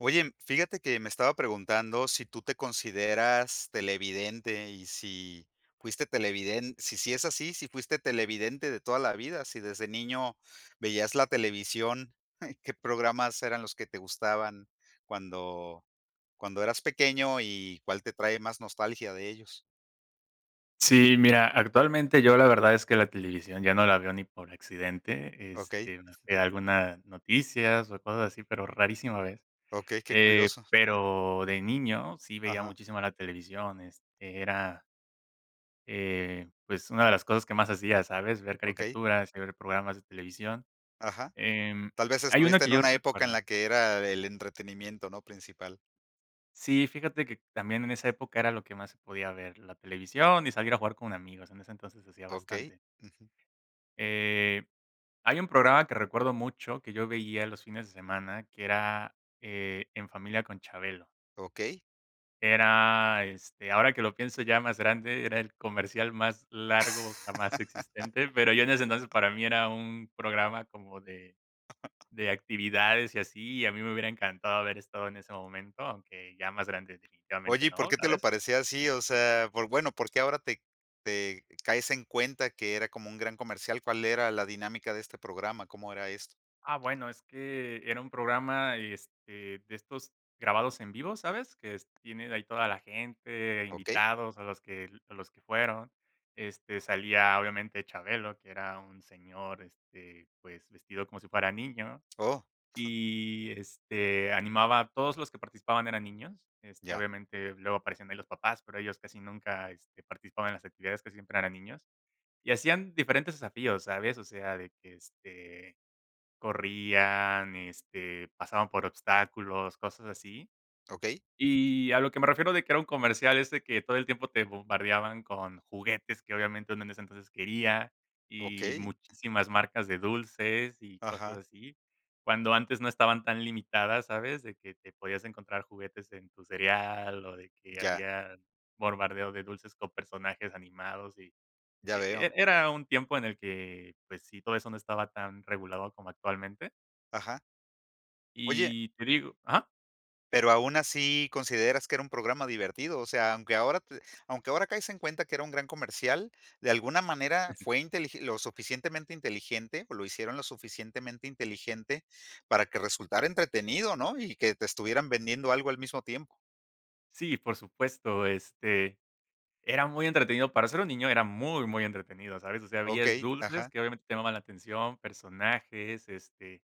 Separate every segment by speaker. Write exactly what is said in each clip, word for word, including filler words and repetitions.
Speaker 1: Oye, fíjate que me estaba preguntando si tú te consideras televidente y si fuiste televidente, si, si es así, si fuiste televidente de toda la vida, si desde niño veías la televisión, qué programas eran los que te gustaban cuando, cuando eras pequeño y cuál te trae más nostalgia de ellos.
Speaker 2: Sí, mira, actualmente yo la verdad es que la televisión ya no la veo ni por accidente,
Speaker 1: Ok,
Speaker 2: este, más que algunas noticias o cosas así, pero rarísima vez.
Speaker 1: ok, qué
Speaker 2: Eh,
Speaker 1: curioso.
Speaker 2: pero de niño sí veía
Speaker 1: Ajá,
Speaker 2: muchísimo la televisión, este, era, eh, pues, una de las cosas que más hacía, ¿sabes? Ver
Speaker 1: ok,
Speaker 2: caricaturas y ver programas de televisión.
Speaker 1: ajá.
Speaker 2: Em,
Speaker 1: Tal vez
Speaker 2: Hay uno
Speaker 1: estuviste
Speaker 2: que
Speaker 1: en
Speaker 2: yo
Speaker 1: una época en
Speaker 2: recuerdo.
Speaker 1: la que era el entretenimiento, ¿no? Principal.
Speaker 2: Sí, fíjate que también en esa época era lo que más se podía ver, la televisión y salir a jugar con amigos, en ese entonces hacía
Speaker 1: Ok,
Speaker 2: bastante.
Speaker 1: ujú,
Speaker 2: Eh, Hay un programa que recuerdo mucho que yo veía los fines de semana, que era, eh, En Familia con Chabelo.
Speaker 1: ok.
Speaker 2: Era, este, ahora que lo pienso ya más grande, era el comercial más largo jamás existente, pero yo en ese entonces para mí era un programa como de de actividades y así, y a mí me hubiera encantado haber estado en ese momento, aunque ya más grande
Speaker 1: Oye,
Speaker 2: definitivamente
Speaker 1: ¿y por
Speaker 2: no,
Speaker 1: qué te lo
Speaker 2: ¿sabes?
Speaker 1: parecía así? O sea, por bueno, ¿por qué ahora te te caes en cuenta que era como un gran comercial? ¿Cuál era la dinámica de este programa? ¿Cómo era esto?
Speaker 2: Ah, bueno, es que era un programa, este, de estos grabados en vivo, ¿sabes? Que es tiene ahí toda la gente,
Speaker 1: Okey.
Speaker 2: invitados, a los que a los que fueron. Este, salía obviamente Chabelo, que era un señor, este, pues, vestido como si fuera niño,
Speaker 1: Oh,
Speaker 2: y, este, animaba a todos los que participaban eran niños. Este,
Speaker 1: ya.
Speaker 2: obviamente, luego aparecían ahí los papás, pero ellos casi nunca, este, participaban en las actividades, casi siempre eran niños. Y hacían diferentes desafíos, ¿sabes? O sea, de que, este corrían, este, pasaban por obstáculos, cosas así.
Speaker 1: Okey,
Speaker 2: Y a lo que me refiero de que era un comercial es de que todo el tiempo te bombardeaban con juguetes que obviamente uno en ese entonces quería, y
Speaker 1: okey.
Speaker 2: muchísimas marcas de dulces y cosas
Speaker 1: Ajá.
Speaker 2: así, cuando antes no estaban tan limitadas, ¿sabes? De que te podías encontrar juguetes en tu cereal o de que
Speaker 1: Ya,
Speaker 2: había bombardeo de dulces con personajes animados y
Speaker 1: ya
Speaker 2: e
Speaker 1: veo.
Speaker 2: e era un tiempo en el que, pues sí, todo eso no estaba tan regulado como actualmente.
Speaker 1: Ajá. Oye.
Speaker 2: Y te digo ah
Speaker 1: Pero aún así, ¿consideras que era un programa divertido? O sea, aunque ahora te aunque ahora caes en cuenta que era un gran comercial, de alguna manera fue intelig lo suficientemente inteligente, o lo hicieron lo suficientemente inteligente para que resultara entretenido, ¿no? Y que te estuvieran vendiendo algo al mismo tiempo.
Speaker 2: sí, por supuesto, este, era muy entretenido, para ser un niño era muy, muy entretenido, ¿sabes? O sea, habías
Speaker 1: Okey,
Speaker 2: dulces
Speaker 1: ajá,
Speaker 2: que obviamente te llamaban la atención, personajes, este,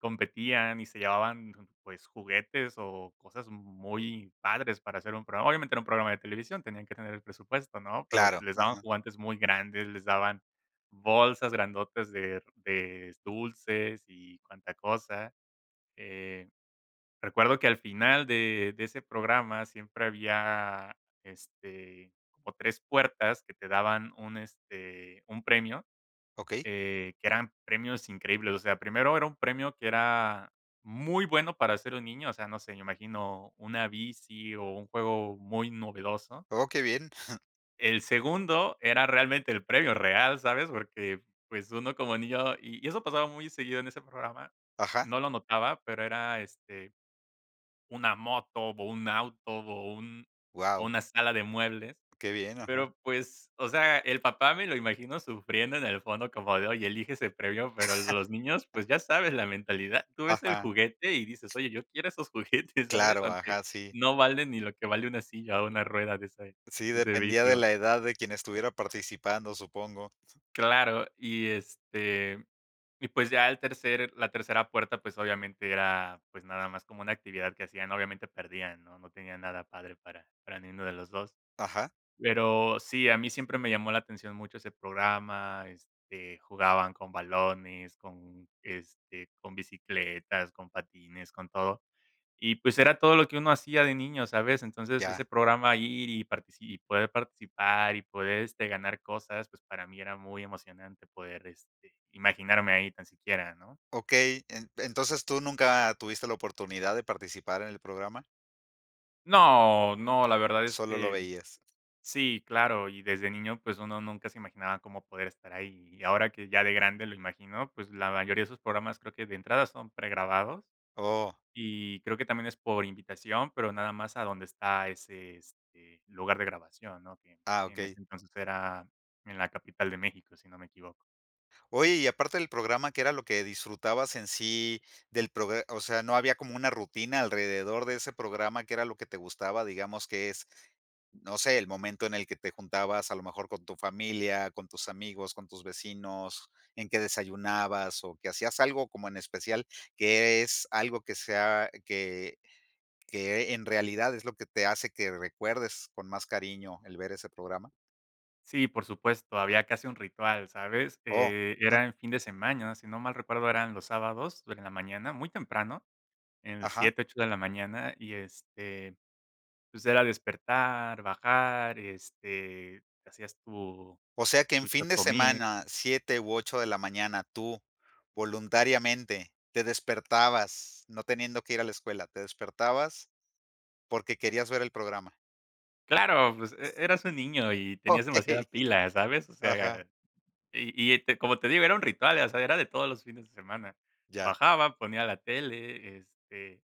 Speaker 2: competían y se llevaban, pues, juguetes o cosas muy padres para hacer un programa. Obviamente era un programa de televisión, tenían que tener el presupuesto, ¿no? Pero
Speaker 1: claro,
Speaker 2: les daban
Speaker 1: ajá,
Speaker 2: juguetes muy grandes, les daban bolsas grandotas de de dulces y cuanta cosa. eh Recuerdo que al final de de ese programa siempre había, este, como tres puertas que te daban un, este, un premio,
Speaker 1: okey.
Speaker 2: eh, que eran premios increíbles. O sea, primero era un premio que era muy bueno para ser un niño, o sea, no sé, me imagino una bici o un juego muy novedoso.
Speaker 1: Oh, qué bien,
Speaker 2: El segundo era realmente el premio real, ¿sabes? Porque, pues, uno como niño y y eso pasaba muy seguido en ese programa,
Speaker 1: ajá,
Speaker 2: no lo notaba, pero era, este una moto, o un auto, o un o
Speaker 1: wow
Speaker 2: una sala de muebles,
Speaker 1: qué bien, ajá,
Speaker 2: pero, pues, o sea, el papá me lo imagino sufriendo en el fondo como de: "Oye, elige ese premio", pero los niños, pues, ya sabes la mentalidad. Tú ves el
Speaker 1: ajá,
Speaker 2: juguete y dices: "Oye, yo quiero esos juguetes", ¿sabes?
Speaker 1: claro,
Speaker 2: Aunque
Speaker 1: ajá, sí.
Speaker 2: no valen ni lo que vale una silla o una rueda de ese
Speaker 1: Sí,
Speaker 2: de ese
Speaker 1: dependía de
Speaker 2: vehículo.
Speaker 1: la edad de quien estuviera participando, supongo.
Speaker 2: Claro, y, este, y pues ya el tercer la tercera puerta, pues, obviamente era, pues, nada más como una actividad que hacían, obviamente perdían, ¿no? No tenía nada padre para para ninguno de los dos.
Speaker 1: Ajá,
Speaker 2: Pero sí, a mí siempre me llamó la atención mucho ese programa, este, jugaban con balones, con, este, con bicicletas, con patines, con todo. Y, pues, era todo lo que uno hacía de niño, ¿sabes? Entonces, ese
Speaker 1: ya.
Speaker 2: programa ir y partici y poder participar y poder, este, ganar cosas, pues, para mí era muy emocionante poder, este, imaginarme ahí tan siquiera, ¿no?
Speaker 1: Okey, en entonces, ¿tú nunca tuviste la oportunidad de participar en el programa?
Speaker 2: No, no, la verdad es
Speaker 1: Solo lo
Speaker 2: que
Speaker 1: veías.
Speaker 2: sí, claro, y desde niño, pues, uno nunca se imaginaba cómo poder estar ahí. Y ahora que ya de grande lo imagino, pues, la mayoría de esos programas creo que de entrada son pregrabados.
Speaker 1: Oh,
Speaker 2: Y creo que también es por invitación, pero nada más a donde está ese, este, lugar de grabación, ¿no? Que
Speaker 1: ah,
Speaker 2: en
Speaker 1: okey.
Speaker 2: ese entonces era en la capital de México, si no me equivoco.
Speaker 1: Oye, y aparte del programa, ¿qué era lo que disfrutabas en sí del programa? O sea, no había como una rutina alrededor de ese programa, ¿qué era lo que te gustaba? Digamos que es, no sé, el momento en el que te juntabas, a lo mejor con tu familia, con tus amigos, con tus vecinos, en que desayunabas o que hacías algo como en especial, que es algo que sea que que en realidad es lo que te hace que recuerdes con más cariño el ver ese programa.
Speaker 2: Sí, por supuesto, había casi un ritual, ¿sabes?
Speaker 1: Oh,
Speaker 2: Eh,
Speaker 1: no,
Speaker 2: era en fin de semana, si no mal recuerdo, eran los sábados en la mañana, muy temprano, en
Speaker 1: ajá.
Speaker 2: siete ocho de la mañana, y este, pues era despertar, bajar, este, hacías tu,
Speaker 1: O sea que en
Speaker 2: tu
Speaker 1: fin de
Speaker 2: chocomil.
Speaker 1: semana, siete u ocho de la mañana, tú voluntariamente te despertabas, no teniendo que ir a la escuela, te despertabas porque querías ver el programa.
Speaker 2: Claro, pues e- eras un niño y tenías demasiada
Speaker 1: Okey,
Speaker 2: pila, ¿sabes? O
Speaker 1: ajá,
Speaker 2: sea, Y y te como te digo, era un ritual, o sea, era de todos los fines de semana.
Speaker 1: ya,
Speaker 2: Bajaba, ponía la tele, este,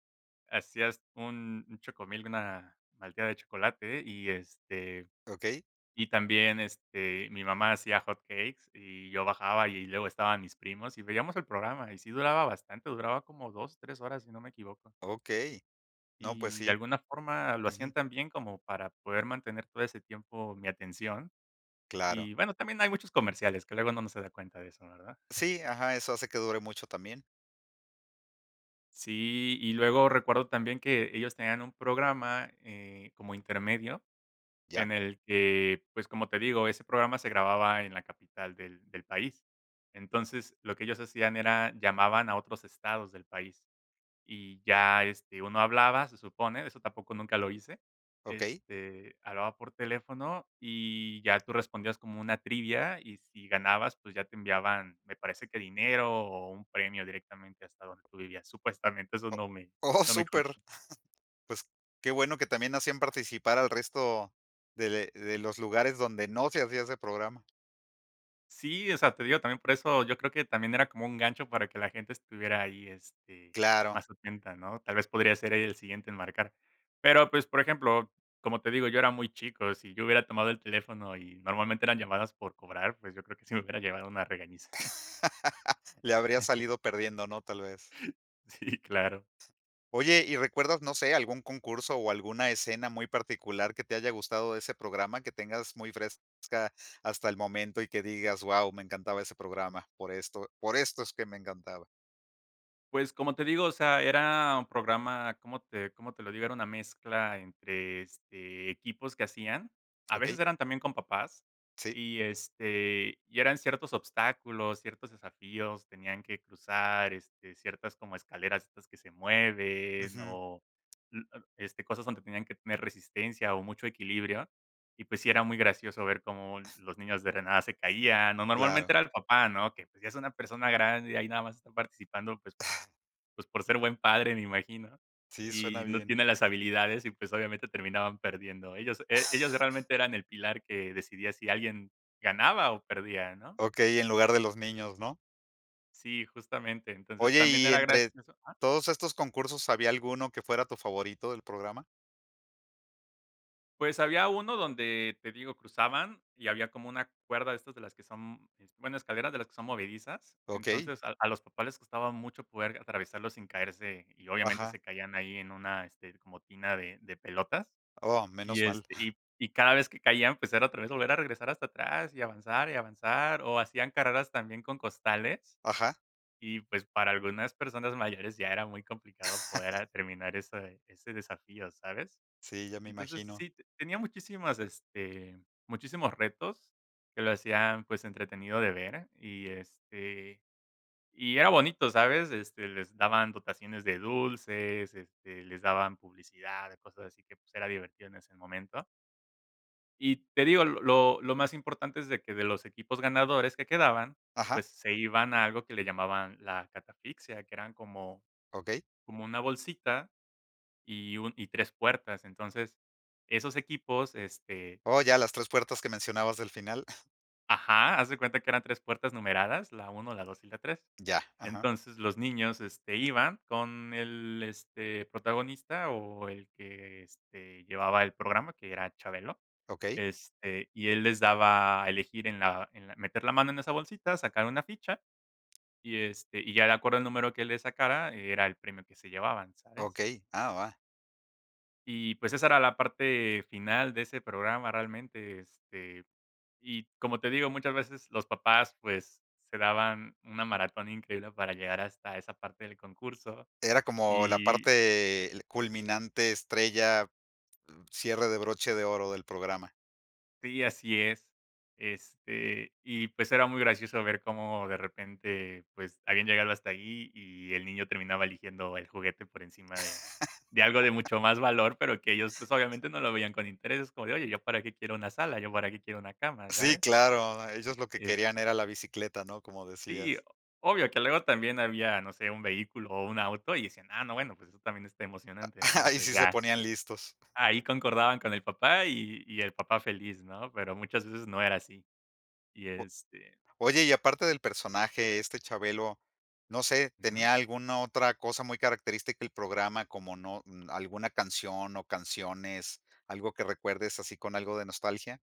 Speaker 2: hacías un un chocomil, una malteada de chocolate y, este,
Speaker 1: okey,
Speaker 2: y también, este, mi mamá hacía hot cakes y yo bajaba y luego estaban mis primos y veíamos el programa y sí duraba bastante, duraba como dos tres horas, si no me equivoco.
Speaker 1: okey. No, pues
Speaker 2: Y de
Speaker 1: sí,
Speaker 2: alguna forma lo
Speaker 1: ujú,
Speaker 2: hacían tan bien como para poder mantener todo ese tiempo mi atención.
Speaker 1: claro.
Speaker 2: Y bueno, también hay muchos comerciales que luego uno no se da cuenta de eso, ¿verdad?
Speaker 1: Sí, ajá, eso hace que dure mucho también,
Speaker 2: Sí, y luego recuerdo también que ellos tenían un programa, eh, como intermedio,
Speaker 1: ya,
Speaker 2: en el que, pues, como te digo, ese programa se grababa en la capital del del país. Entonces, lo que ellos hacían era llamaban a otros estados del país. Y ya, este, uno hablaba, se supone, eso tampoco nunca lo hice,
Speaker 1: okey.
Speaker 2: este, hablaba por teléfono y ya tú respondías como una trivia y si ganabas, pues ya te enviaban, me parece que dinero o un premio directamente hasta donde tú vivías. Supuestamente, eso no me
Speaker 1: O Oh,
Speaker 2: no me
Speaker 1: súper.
Speaker 2: consta.
Speaker 1: Pues, qué bueno que también hacían participar al resto de de los lugares donde no se hacía ese programa.
Speaker 2: Sí, o sea, te digo, también por eso yo creo que también era como un gancho para que la gente estuviera ahí, este,
Speaker 1: Claro,
Speaker 2: más atenta, ¿no? Tal vez podría ser el siguiente en marcar. Pero, pues, por ejemplo, como te digo, yo era muy chico, si yo hubiera tomado el teléfono y normalmente eran llamadas por cobrar, pues yo creo que sí me hubiera llevado una regañiza.
Speaker 1: le habría salido perdiendo, ¿no? Tal vez.
Speaker 2: Sí, claro.
Speaker 1: Oye, ¿y recuerdas, no sé, algún concurso o alguna escena muy particular que te haya gustado de ese programa, que tengas muy fresca hasta el momento y que digas: "Guau, me encantaba ese programa, por esto por esto es que me encantaba"?
Speaker 2: Pues, como te digo, o sea, era un programa, ¿cómo te cómo te lo digo? Era una mezcla entre, este, equipos que hacían. A
Speaker 1: ¿Ok?
Speaker 2: veces eran también con papás
Speaker 1: Sí.
Speaker 2: y, este, y eran ciertos obstáculos, ciertos desafíos, tenían que cruzar, este, ciertas como escaleras estas que se mueven
Speaker 1: Ujú,
Speaker 2: o, l este, cosas donde tenían que tener resistencia o mucho equilibrio. Y, pues, sí era muy gracioso ver cómo los niños de renada se caían, o
Speaker 1: claro.
Speaker 2: normalmente era el papá, ¿no? Que, pues, ya es una persona grande y ahí nada más está participando, pues pues, por ser buen padre, me imagino,
Speaker 1: Sí, suena
Speaker 2: y no
Speaker 1: bien.
Speaker 2: tiene las habilidades y, pues, obviamente terminaban perdiendo. Ellos e ellos realmente eran el pilar que decidía si alguien ganaba o perdía, ¿no?
Speaker 1: Okey, en lugar de los niños, ¿no?
Speaker 2: Sí, justamente. Entonces,
Speaker 1: Oye,
Speaker 2: también
Speaker 1: y
Speaker 2: era
Speaker 1: entre
Speaker 2: gracioso, ajá.
Speaker 1: todos estos concursos, ¿había alguno que fuera tu favorito del programa?
Speaker 2: Pues, había uno donde, te digo, cruzaban y había como una cuerda de estas de las que son, es- bueno, escaleras de las que son movedizas.
Speaker 1: ¿Ok?
Speaker 2: Entonces, a a los papás les costaba mucho poder atravesarlo sin caerse y, obviamente,
Speaker 1: Ajá.
Speaker 2: se caían ahí en una, este, como tina de de pelotas.
Speaker 1: Oh,
Speaker 2: Y,
Speaker 1: menos mal.
Speaker 2: este, y y cada vez que caían, pues, era otra vez volver a regresar hasta atrás, y avanzar, y avanzar, o hacían carreras también con costales,
Speaker 1: Ajá,
Speaker 2: y, pues, para algunas personas mayores ya era muy complicado poder a terminar ese ese desafío, ¿sabes?
Speaker 1: sí, ya me
Speaker 2: Entonces,
Speaker 1: imagino.
Speaker 2: sí, te tenía muchísimas, este, muchísimos retos que lo hacían, pues, entretenido de ver, y, este, y era bonito, ¿sabes? Este, les daban dotaciones de dulces, este, les daban publicidad, cosas así que, pues, era divertido en ese momento. Y te digo, lo lo más importante es de que de los equipos ganadores que quedaban,
Speaker 1: Ajá,
Speaker 2: pues se iban a algo que le llamaban la catafixia, que eran como
Speaker 1: Ok.
Speaker 2: como una bolsita y un y tres puertas. Entonces, esos equipos, este
Speaker 1: Oh, ya, las tres puertas que mencionabas del final.
Speaker 2: ajá, haz de cuenta que eran tres puertas numeradas, la uno, la dos y la tres.
Speaker 1: Ya, ajá,
Speaker 2: Entonces, los niños, este, iban con el, este, protagonista o el que, este, llevaba el programa, que era Chabelo.
Speaker 1: Ok.
Speaker 2: Este, y él les daba a elegir en la en la meter la mano en esa bolsita, sacar una ficha, y, este, y ya de acuerdo al número que él le sacara, era el premio que se llevaban, ¿sabes?
Speaker 1: Ok. Ah, va.
Speaker 2: Y, pues, esa era la parte final de ese programa realmente, este, y como te digo, muchas veces los papás, pues, se daban una maratón increíble para llegar hasta esa parte del concurso.
Speaker 1: Era como la
Speaker 2: y
Speaker 1: parte culminante, estrella, cierre de broche de oro del programa.
Speaker 2: Sí, así es. Este, y pues era muy gracioso ver cómo de repente, pues habían llegado hasta ahí y el niño terminaba eligiendo el juguete por encima de, de algo de mucho más valor, pero que ellos pues obviamente no lo veían con interés. Es como de, oye, ¿yo para qué quiero una sala? ¿Yo para qué quiero una cama?
Speaker 1: Sí,
Speaker 2: ¿Sabes?
Speaker 1: claro, ellos lo que
Speaker 2: Es,
Speaker 1: querían era la bicicleta, ¿no? Como
Speaker 2: sí,
Speaker 1: decías.
Speaker 2: obvio que luego también había, no sé, un vehículo o un auto y decían, ah, no, bueno, pues eso también está emocionante, ¿no?
Speaker 1: Ahí
Speaker 2: Entonces
Speaker 1: sí se
Speaker 2: ya
Speaker 1: ponían listos.
Speaker 2: ahí concordaban con el papá y, y el papá feliz, ¿no? Pero muchas veces no era así. Y este,
Speaker 1: Oye, y aparte del personaje, este Chabelo, no sé,
Speaker 2: ujú.
Speaker 1: ¿tenía alguna otra cosa muy característica el programa, como no mm, alguna canción o canciones, algo que recuerdes así con algo de nostalgia?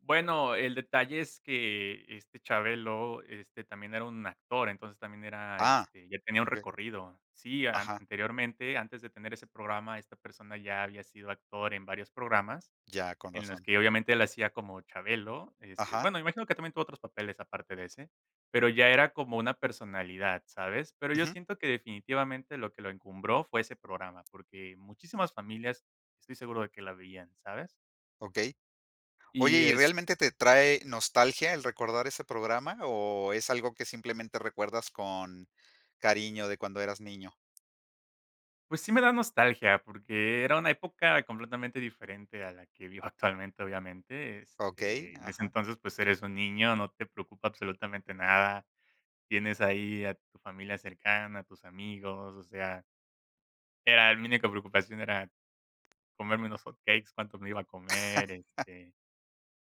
Speaker 2: Bueno, el detalle es que este Chabelo, este, también era un actor, entonces también era,
Speaker 1: Ah,
Speaker 2: este, ya tenía un
Speaker 1: okey.
Speaker 2: recorrido. Sí, an
Speaker 1: Ajá,
Speaker 2: anteriormente, antes de tener ese programa, esta persona ya había sido actor en varios programas,
Speaker 1: ya, con
Speaker 2: en los
Speaker 1: razón.
Speaker 2: que obviamente él hacía como Chabelo, este,
Speaker 1: Ajá,
Speaker 2: bueno, imagino que también tuvo otros papeles aparte de ese, pero ya era como una personalidad, ¿sabes? Pero yo
Speaker 1: ujú,
Speaker 2: siento que definitivamente lo que lo encumbró fue ese programa, porque muchísimas familias estoy seguro de que la veían, ¿sabes?
Speaker 1: okey. Oye,
Speaker 2: Y,
Speaker 1: ¿y realmente te trae nostalgia el recordar ese programa, o es algo que simplemente recuerdas con cariño de cuando eras niño?
Speaker 2: pues sí me da nostalgia, porque era una época completamente diferente a la que vivo actualmente, obviamente.
Speaker 1: Okey,
Speaker 2: Este, en ese
Speaker 1: ajá,
Speaker 2: entonces, pues eres un niño, no te preocupa absolutamente nada. Tienes ahí a tu familia cercana, a tus amigos, o sea, era mi única preocupación era comerme unos hotcakes, cuánto me iba a comer, este,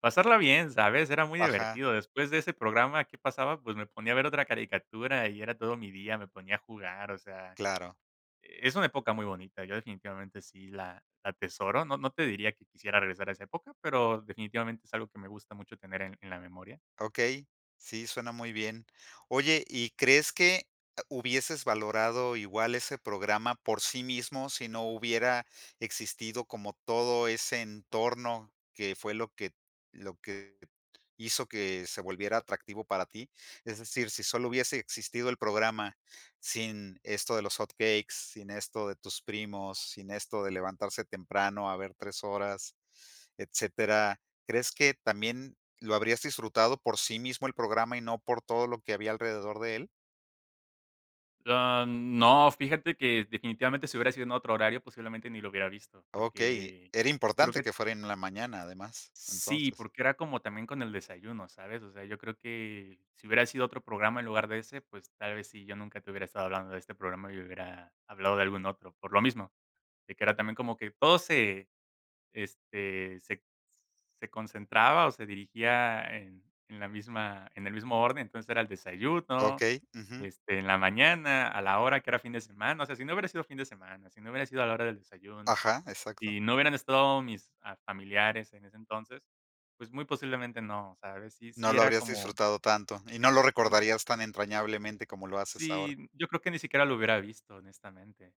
Speaker 2: pasarla bien, ¿sabes? Era muy
Speaker 1: ajá,
Speaker 2: divertido. Después de ese programa, ¿qué pasaba? Pues me ponía a ver otra caricatura y era todo mi día, me ponía a jugar, o sea,
Speaker 1: claro.
Speaker 2: eh, es una época muy bonita, yo definitivamente sí la la atesoro, no no te diría que quisiera regresar a esa época, pero definitivamente es algo que me gusta mucho tener en en la memoria.
Speaker 1: Okey, sí, suena muy bien. Oye, ¿y crees que hubieses valorado igual ese programa por sí mismo si no hubiera existido como todo ese entorno que fue lo que lo que hizo que se volviera atractivo para ti? Es decir, si solo hubiese existido el programa sin esto de los hotcakes, sin esto de tus primos, sin esto de levantarse temprano a ver tres horas, etcétera, ¿crees que también ¿Lo habrías disfrutado por sí mismo el programa y no por todo lo que había alrededor de él?
Speaker 2: Ah, no, fíjate que definitivamente si hubiera sido en otro horario, posiblemente ni lo hubiera visto,
Speaker 1: Okey,
Speaker 2: porque
Speaker 1: era
Speaker 2: creo
Speaker 1: importante
Speaker 2: que
Speaker 1: que fuera en la mañana, además,
Speaker 2: sí,
Speaker 1: entonces.
Speaker 2: porque era como también con el desayuno, ¿sabes? O sea, yo creo que si hubiera sido otro programa en lugar de ese, pues tal vez sí, yo nunca te hubiera estado hablando de este programa y hubiera hablado de algún otro, por lo mismo, de que era también como que todo se este, se se concentraba o se dirigía en en la misma en el mismo orden, entonces era el desayuno,
Speaker 1: Okey, ujú.
Speaker 2: este, en la mañana, a la hora que era fin de semana, o sea, si no hubiera sido fin de semana, si no hubiera sido a la hora del desayuno
Speaker 1: Ajá, exacto.
Speaker 2: y no hubieran estado mis, ah, familiares en ese entonces, pues, muy posiblemente no, ¿sabes? Sí
Speaker 1: No
Speaker 2: sí
Speaker 1: lo
Speaker 2: era
Speaker 1: habrías
Speaker 2: como
Speaker 1: disfrutado tanto y no lo recordarías tan entrañablemente como lo haces ahora.
Speaker 2: sí, yo creo que ni siquiera lo hubiera visto, honestamente.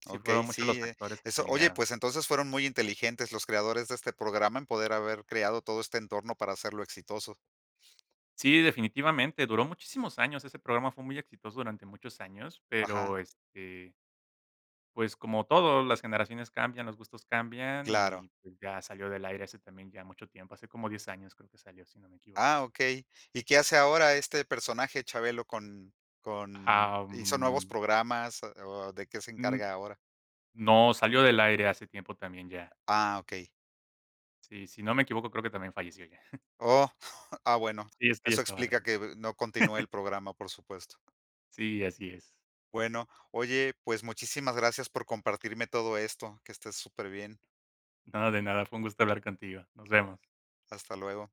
Speaker 2: Sí
Speaker 1: Okey,
Speaker 2: fueron muchos los
Speaker 1: sí, eh,
Speaker 2: factores que se
Speaker 1: eso oye,
Speaker 2: alinearon.
Speaker 1: pues entonces fueron muy inteligentes los creadores de este programa en poder haber creado todo este entorno para hacerlo exitoso.
Speaker 2: Sí, definitivamente, duró muchísimos años, ese programa fue muy exitoso durante muchos años,
Speaker 1: Ajá,
Speaker 2: pero, este, pues, como todo, las generaciones cambian, los gustos cambian
Speaker 1: claro.
Speaker 2: y, pues, ya salió del aire hace también ya mucho tiempo, hace como diez años creo que salió, si no me equivoco.
Speaker 1: Ah, okey. ¿Y qué hace ahora este personaje, Chabelo, con con
Speaker 2: Am,
Speaker 1: hizo nuevos
Speaker 2: mm,
Speaker 1: programas, eh, o de qué se
Speaker 2: n-
Speaker 1: encarga ahora?
Speaker 2: no, salió del aire hace tiempo también ya.
Speaker 1: Ah, okey.
Speaker 2: Sí, si no me equivoco, creo que también falleció ya.
Speaker 1: Oh, ah, bueno,
Speaker 2: Sí, es que ya
Speaker 1: eso
Speaker 2: estaba
Speaker 1: explica
Speaker 2: grande.
Speaker 1: que eh, no continúe el programa, por supuesto.
Speaker 2: Sí, así es.
Speaker 1: Bueno, oye, pues muchísimas gracias por compartirme todo esto, que estés súper bien.
Speaker 2: Nada de nada, fue un gusto hablar contigo. Nos vemos.
Speaker 1: Hasta luego.